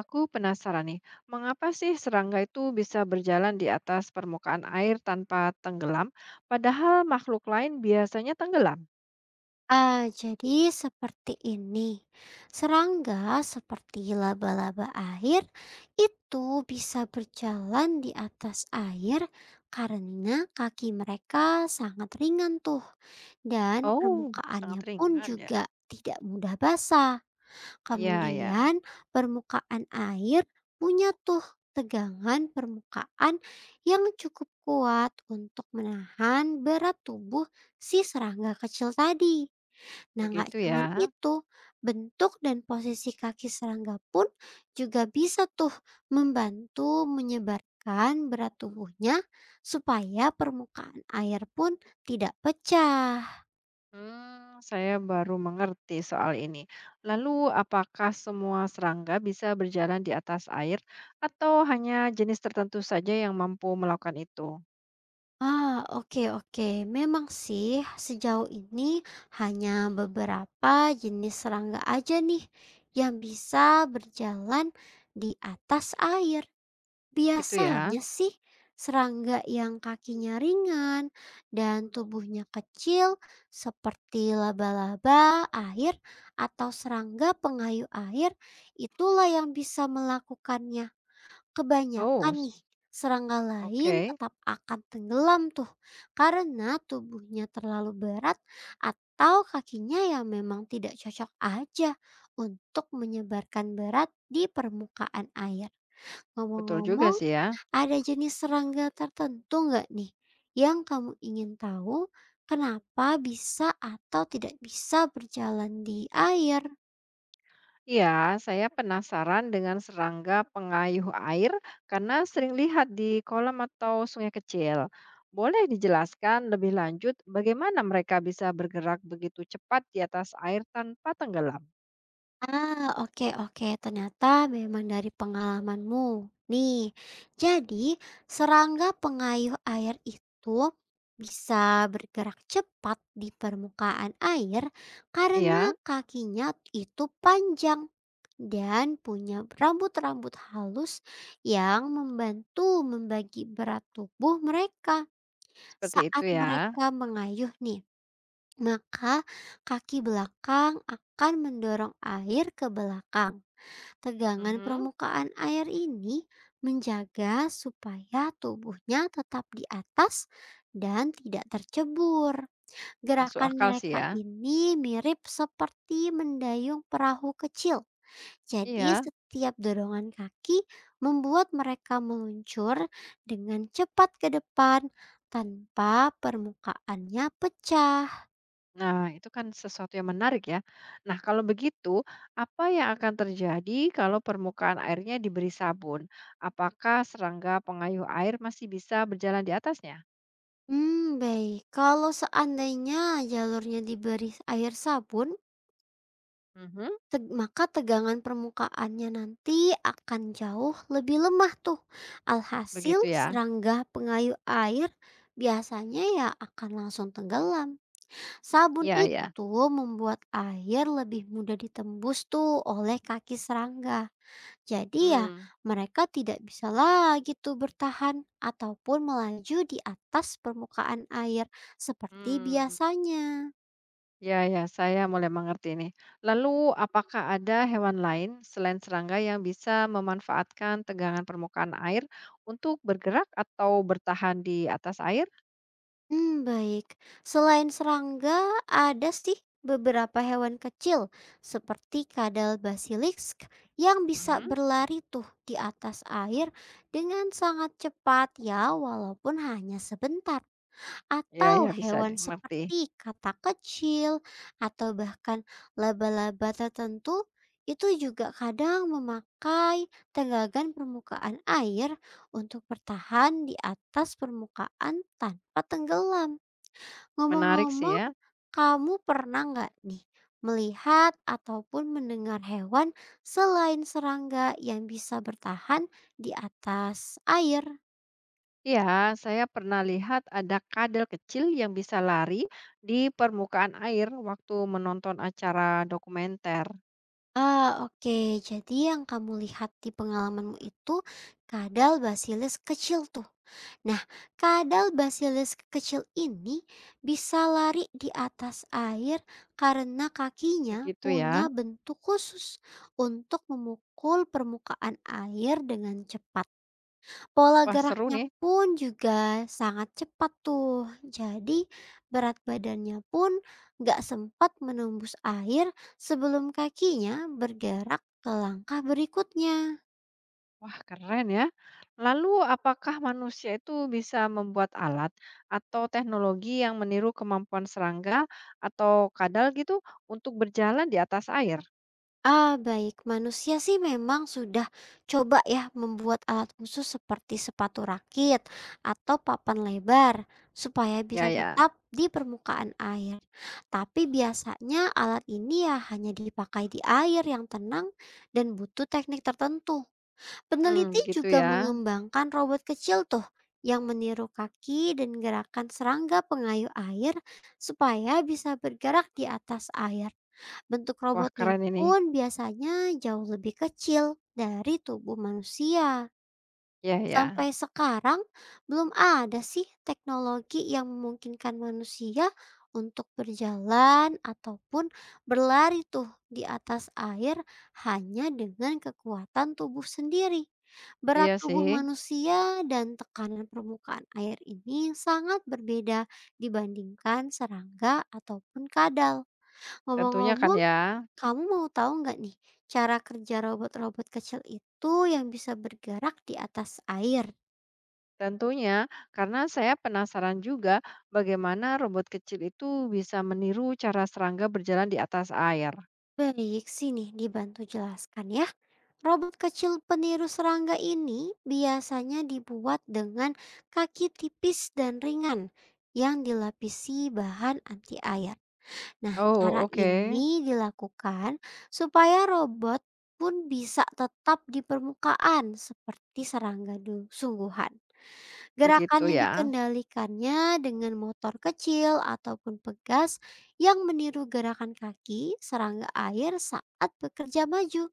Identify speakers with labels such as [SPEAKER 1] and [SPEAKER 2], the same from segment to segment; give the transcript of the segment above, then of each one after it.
[SPEAKER 1] Aku penasaran nih, mengapa sih serangga itu bisa berjalan di atas permukaan air tanpa tenggelam, padahal makhluk lain biasanya tenggelam?
[SPEAKER 2] Ah, jadi seperti ini. Serangga seperti laba-laba air itu bisa berjalan di atas air karena kaki mereka sangat ringan tuh dan
[SPEAKER 1] Oh, sangat
[SPEAKER 2] permukaannya pun
[SPEAKER 1] ringan ya.
[SPEAKER 2] juga tidak mudah basah.
[SPEAKER 1] Iya, ya,
[SPEAKER 2] Kemudian permukaan air punya tuh tegangan permukaan yang cukup kuat untuk menahan berat tubuh si serangga kecil tadi. Nah, nggak
[SPEAKER 1] begitu ya.
[SPEAKER 2] cuman itu, bentuk dan posisi kaki serangga pun juga bisa tuh membantu menyebarkan berat tubuhnya supaya permukaan air pun tidak pecah.
[SPEAKER 1] Hmm, saya baru mengerti soal ini. Lalu, apakah semua serangga bisa berjalan di atas air, atau hanya jenis tertentu saja yang mampu melakukan itu?
[SPEAKER 2] Ah, oke oke. Memang sih sejauh ini hanya beberapa jenis serangga aja nih yang bisa berjalan di atas air.
[SPEAKER 1] Gitu ya.
[SPEAKER 2] Biasanya sih serangga yang kakinya ringan dan tubuhnya kecil seperti laba-laba air atau serangga pengayu air itulah yang bisa melakukannya.
[SPEAKER 1] Oh,
[SPEAKER 2] Kebanyakan
[SPEAKER 1] s-
[SPEAKER 2] nih serangga lain
[SPEAKER 1] oke,
[SPEAKER 2] tetap akan tenggelam tuh karena tubuhnya terlalu berat atau kakinya yang memang tidak cocok aja untuk menyebarkan berat di permukaan air.
[SPEAKER 1] betul juga
[SPEAKER 2] Ngomong-ngomong,
[SPEAKER 1] sih ya.
[SPEAKER 2] ada jenis serangga tertentu nggak nih yang kamu ingin tahu kenapa bisa atau tidak bisa berjalan di air?
[SPEAKER 1] Iya, saya penasaran dengan serangga pengayuh air karena sering lihat di kolam atau sungai kecil. Boleh dijelaskan lebih lanjut bagaimana mereka bisa bergerak begitu cepat di atas air tanpa tenggelam?
[SPEAKER 2] Ah, oke oke, ternyata memang dari pengalamanmu. Nih, jadi serangga pengayuh air itu bisa bergerak cepat di permukaan air karena
[SPEAKER 1] Iya,
[SPEAKER 2] kakinya itu panjang, dan punya rambut-rambut halus yang membantu membagi berat tubuh mereka
[SPEAKER 1] seperti itu
[SPEAKER 2] saat
[SPEAKER 1] ya.
[SPEAKER 2] mereka mengayuh nih. Maka kaki belakang akan mendorong air ke belakang. Tegangan
[SPEAKER 1] Mhm,
[SPEAKER 2] permukaan air ini menjaga supaya tubuhnya tetap di atas dan tidak tercebur.
[SPEAKER 1] masuk
[SPEAKER 2] Gerakan
[SPEAKER 1] akal sih
[SPEAKER 2] mereka
[SPEAKER 1] ya.
[SPEAKER 2] ini mirip seperti mendayung perahu kecil, jadi
[SPEAKER 1] Iya.
[SPEAKER 2] setiap dorongan kaki membuat mereka meluncur dengan cepat ke depan tanpa permukaannya pecah.
[SPEAKER 1] Nah, itu kan sesuatu yang menarik ya. Nah, kalau begitu, apa yang akan terjadi kalau permukaan airnya diberi sabun? Apakah serangga pengayuh air masih bisa berjalan di atasnya?
[SPEAKER 2] Hmm, baik. Kalau seandainya jalurnya diberi air sabun,
[SPEAKER 1] Mhm,
[SPEAKER 2] maka tegangan permukaannya nanti akan jauh lebih lemah tuh. Alhasil
[SPEAKER 1] begitu ya?
[SPEAKER 2] serangga pengayuh air biasanya ya akan langsung tenggelam. Sabun
[SPEAKER 1] Ya
[SPEAKER 2] itu
[SPEAKER 1] ya,
[SPEAKER 2] membuat air lebih mudah ditembus tuh oleh kaki serangga. Jadi ya
[SPEAKER 1] mmm,
[SPEAKER 2] mereka tidak bisa lagi tuh bertahan ataupun melaju di atas permukaan air seperti
[SPEAKER 1] mmm.
[SPEAKER 2] biasanya.
[SPEAKER 1] Iya iya, saya mulai mengerti ini. Lalu apakah ada hewan lain selain serangga yang bisa memanfaatkan tegangan permukaan air untuk bergerak atau bertahan di atas air?
[SPEAKER 2] Hmm, baik. Selain serangga, ada sih beberapa hewan kecil seperti kadal basilisk yang bisa
[SPEAKER 1] Mhm,
[SPEAKER 2] berlari tuh di atas air dengan sangat cepat ya walaupun hanya sebentar.
[SPEAKER 1] ya
[SPEAKER 2] Atau
[SPEAKER 1] iya, bisa
[SPEAKER 2] hewan
[SPEAKER 1] deh,
[SPEAKER 2] seperti katak kecil atau bahkan laba-laba tertentu itu juga kadang memakai tegangan permukaan air untuk bertahan di atas permukaan tanpa tenggelam.
[SPEAKER 1] menarik sih
[SPEAKER 2] Ngomong-ngomong,
[SPEAKER 1] ya.
[SPEAKER 2] kamu pernah nggak nih melihat ataupun mendengar hewan selain serangga yang bisa bertahan di atas air?
[SPEAKER 1] Ya, saya pernah lihat ada kadal kecil yang bisa lari di permukaan air waktu menonton acara dokumenter,
[SPEAKER 2] Ah, oke. Jadi yang kamu lihat di pengalamanmu itu kadal basilis kecil tuh. Nah, kadal basilis kecil ini bisa lari di atas air karena kakinya
[SPEAKER 1] begitu
[SPEAKER 2] punya
[SPEAKER 1] ya.
[SPEAKER 2] bentuk khusus untuk memukul permukaan air dengan cepat. Pola
[SPEAKER 1] Wah, seru
[SPEAKER 2] geraknya
[SPEAKER 1] nih.
[SPEAKER 2] pun juga sangat cepat tuh. Jadi berat badannya pun nggak sempat menembus air sebelum kakinya bergerak ke langkah berikutnya.
[SPEAKER 1] Wah, keren ya. Lalu, apakah manusia itu bisa membuat alat atau teknologi yang meniru kemampuan serangga atau kadal gitu untuk berjalan di atas air?
[SPEAKER 2] Ah, baik. Manusia sih memang sudah coba ya membuat alat khusus seperti sepatu rakit atau papan lebar supaya
[SPEAKER 1] Ya,
[SPEAKER 2] bisa
[SPEAKER 1] ya.
[SPEAKER 2] tetap di permukaan air. Tapi biasanya alat ini ya hanya dipakai di air yang tenang dan butuh teknik tertentu.
[SPEAKER 1] Hmm,
[SPEAKER 2] Peneliti
[SPEAKER 1] begitu
[SPEAKER 2] juga
[SPEAKER 1] ya.
[SPEAKER 2] mengembangkan robot kecil tuh yang meniru kaki dan gerakan serangga pengayuh air supaya bisa bergerak di atas air. Bentuk
[SPEAKER 1] Wah,
[SPEAKER 2] robotnya
[SPEAKER 1] keren ini.
[SPEAKER 2] pun biasanya jauh lebih kecil dari tubuh manusia.
[SPEAKER 1] Ya, ya.
[SPEAKER 2] Sampai sekarang belum ada sih teknologi yang memungkinkan manusia untuk berjalan ataupun berlari tuh di atas air hanya dengan kekuatan tubuh sendiri. Berat
[SPEAKER 1] Iya
[SPEAKER 2] tubuh
[SPEAKER 1] sih.
[SPEAKER 2] manusia dan tekanan permukaan air ini sangat berbeda dibandingkan serangga ataupun kadal.
[SPEAKER 1] Tentunya kan
[SPEAKER 2] Ngomong-ngomong,
[SPEAKER 1] ya.
[SPEAKER 2] kamu mau tahu nggak nih cara kerja robot-robot kecil itu yang bisa bergerak di atas air?
[SPEAKER 1] Tentunya, karena saya penasaran juga bagaimana robot kecil itu bisa meniru cara serangga berjalan di atas air.
[SPEAKER 2] Baik, sini dibantu jelaskan ya. Robot kecil peniru serangga ini biasanya dibuat dengan kaki tipis dan ringan yang dilapisi bahan anti air. Nah, cara
[SPEAKER 1] Oh, oke.
[SPEAKER 2] ini dilakukan supaya robot pun bisa tetap di permukaan seperti serangga sungguhan. Gerakan
[SPEAKER 1] Begitu
[SPEAKER 2] yang
[SPEAKER 1] ya.
[SPEAKER 2] dikendalikannya dengan motor kecil ataupun pegas yang meniru gerakan kaki serangga air saat bekerja maju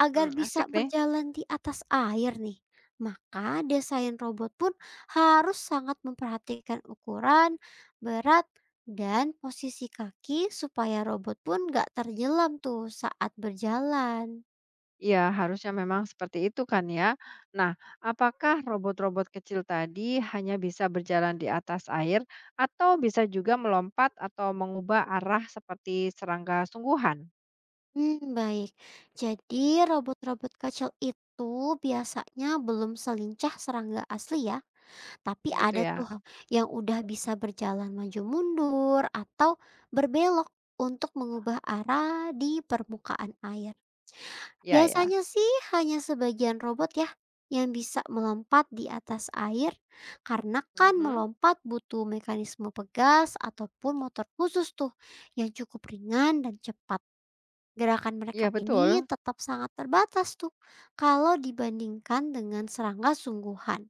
[SPEAKER 2] agar
[SPEAKER 1] Hmm,
[SPEAKER 2] bisa
[SPEAKER 1] asik nih.
[SPEAKER 2] berjalan di atas air nih. Maka desain robot pun harus sangat memperhatikan ukuran, berat, dan posisi kaki supaya robot pun gak terjelam tuh saat berjalan.
[SPEAKER 1] Iya, harusnya memang seperti itu kan ya. Nah, apakah robot-robot kecil tadi hanya bisa berjalan di atas air atau bisa juga melompat atau mengubah arah seperti serangga sungguhan?
[SPEAKER 2] Hmm, baik. Jadi robot-robot kecil itu biasanya belum selincah serangga asli ya, tapi
[SPEAKER 1] Begitu
[SPEAKER 2] ada tuh
[SPEAKER 1] ya.
[SPEAKER 2] yang udah bisa berjalan maju mundur atau berbelok untuk mengubah arah di permukaan air.
[SPEAKER 1] Iya, ya.
[SPEAKER 2] Biasanya sih hanya sebagian robot ya yang bisa melompat di atas air karena kan
[SPEAKER 1] Mhm.
[SPEAKER 2] melompat butuh mekanisme pegas ataupun motor khusus tuh yang cukup ringan dan cepat. Gerakan
[SPEAKER 1] Iya,
[SPEAKER 2] mereka ini
[SPEAKER 1] betul.
[SPEAKER 2] tetap sangat terbatas tuh kalau dibandingkan dengan serangga sungguhan.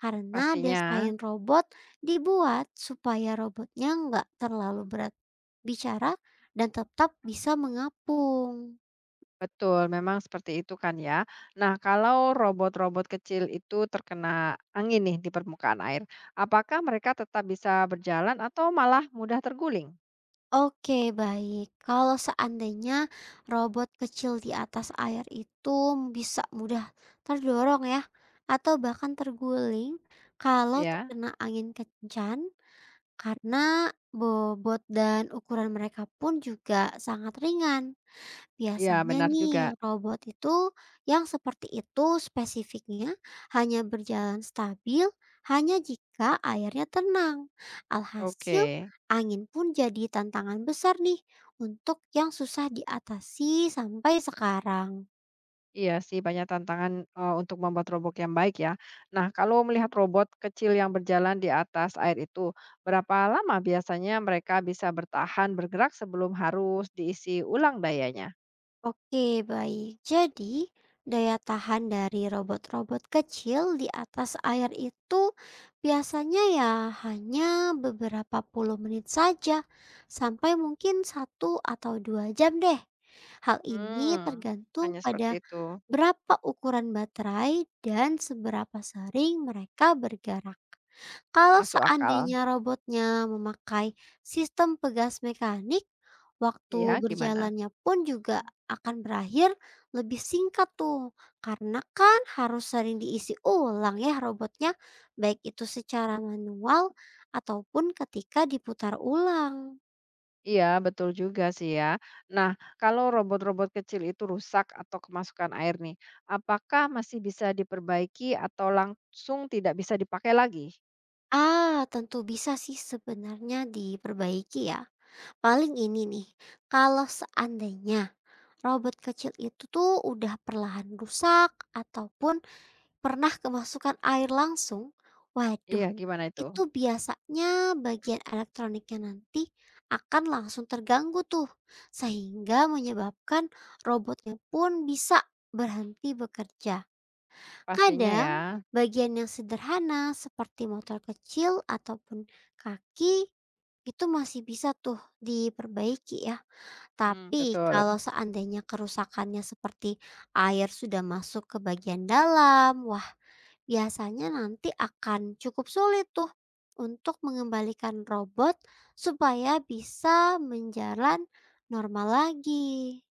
[SPEAKER 2] Karena
[SPEAKER 1] Pastinya.
[SPEAKER 2] desain robot dibuat supaya robotnya nggak terlalu berat bicara dan tetap bisa mengapung.
[SPEAKER 1] Betul, memang seperti itu kan ya. Nah, kalau robot-robot kecil itu terkena angin nih di permukaan air, apakah mereka tetap bisa berjalan atau malah mudah terguling?
[SPEAKER 2] Oke, baik. Kalau seandainya robot kecil di atas air itu bisa mudah terdorong ya, atau bahkan terguling kalau
[SPEAKER 1] Iya.
[SPEAKER 2] terkena angin kencang. Karena bobot dan ukuran mereka pun juga sangat ringan.
[SPEAKER 1] Iya,
[SPEAKER 2] Biasanya
[SPEAKER 1] benar
[SPEAKER 2] nih
[SPEAKER 1] juga.
[SPEAKER 2] robot itu yang seperti itu spesifiknya hanya berjalan stabil hanya jika airnya tenang. Alhasil
[SPEAKER 1] Oke,
[SPEAKER 2] angin pun jadi tantangan besar nih untuk yang susah diatasi sampai sekarang.
[SPEAKER 1] iya sih banyak tantangan, untuk membuat robot yang baik ya. Nah, kalau melihat robot kecil yang berjalan di atas air itu, berapa lama biasanya mereka bisa bertahan bergerak sebelum harus diisi ulang dayanya?
[SPEAKER 2] Oke, baik. Jadi, daya tahan dari robot-robot kecil di atas air itu biasanya ya hanya beberapa puluh menit saja, sampai mungkin satu atau dua jam deh. Hal ini
[SPEAKER 1] Mmm,
[SPEAKER 2] tergantung
[SPEAKER 1] hanya
[SPEAKER 2] pada
[SPEAKER 1] seperti itu,
[SPEAKER 2] berapa ukuran baterai dan seberapa sering mereka bergerak. Kalau
[SPEAKER 1] masuk akal.
[SPEAKER 2] seandainya robotnya memakai sistem pegas mekanik, waktu
[SPEAKER 1] Iya, gimana?
[SPEAKER 2] berjalannya pun juga akan berakhir lebih singkat tuh. Karena kan harus sering diisi ulang ya robotnya, baik itu secara manual ataupun ketika diputar ulang.
[SPEAKER 1] Iya, betul juga sih ya. Nah, kalau robot-robot kecil itu rusak atau kemasukan air nih, apakah masih bisa diperbaiki atau langsung tidak bisa dipakai lagi?
[SPEAKER 2] Ah, tentu bisa sih sebenarnya diperbaiki ya. Paling ini nih, kalau seandainya robot kecil itu tuh udah perlahan rusak ataupun pernah kemasukan air langsung? Waduh,
[SPEAKER 1] Iya, gimana itu?
[SPEAKER 2] itu biasanya bagian elektroniknya nanti akan langsung terganggu tuh, sehingga menyebabkan robotnya pun bisa berhenti bekerja.
[SPEAKER 1] Pastinya ya.
[SPEAKER 2] Kadang, bagian yang sederhana seperti motor kecil ataupun kaki itu masih bisa tuh diperbaiki ya.
[SPEAKER 1] Mmm,
[SPEAKER 2] Tapi kalau
[SPEAKER 1] betul.
[SPEAKER 2] seandainya kerusakannya seperti air sudah masuk ke bagian dalam, biasanya nanti akan cukup sulit tuh untuk mengembalikan robot supaya bisa menjalan normal lagi.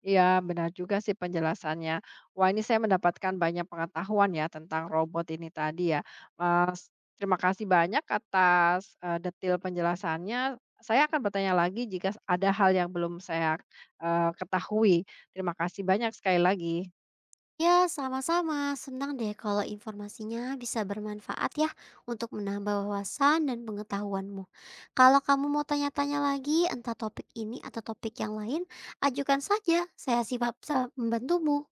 [SPEAKER 1] Iya, benar juga sih penjelasannya. Wah, ini saya mendapatkan banyak pengetahuan ya tentang robot ini tadi ya. Mas, terima kasih banyak atas, detail penjelasannya. Saya akan bertanya lagi jika ada hal yang belum saya, ketahui. Terima kasih banyak sekali lagi.
[SPEAKER 2] Ya, sama-sama. Senang deh kalau informasinya bisa bermanfaat ya untuk menambah wawasan dan pengetahuanmu. Kalau kamu mau tanya-tanya lagi entah topik ini atau topik yang lain, ajukan saja. Saya siap membantumu.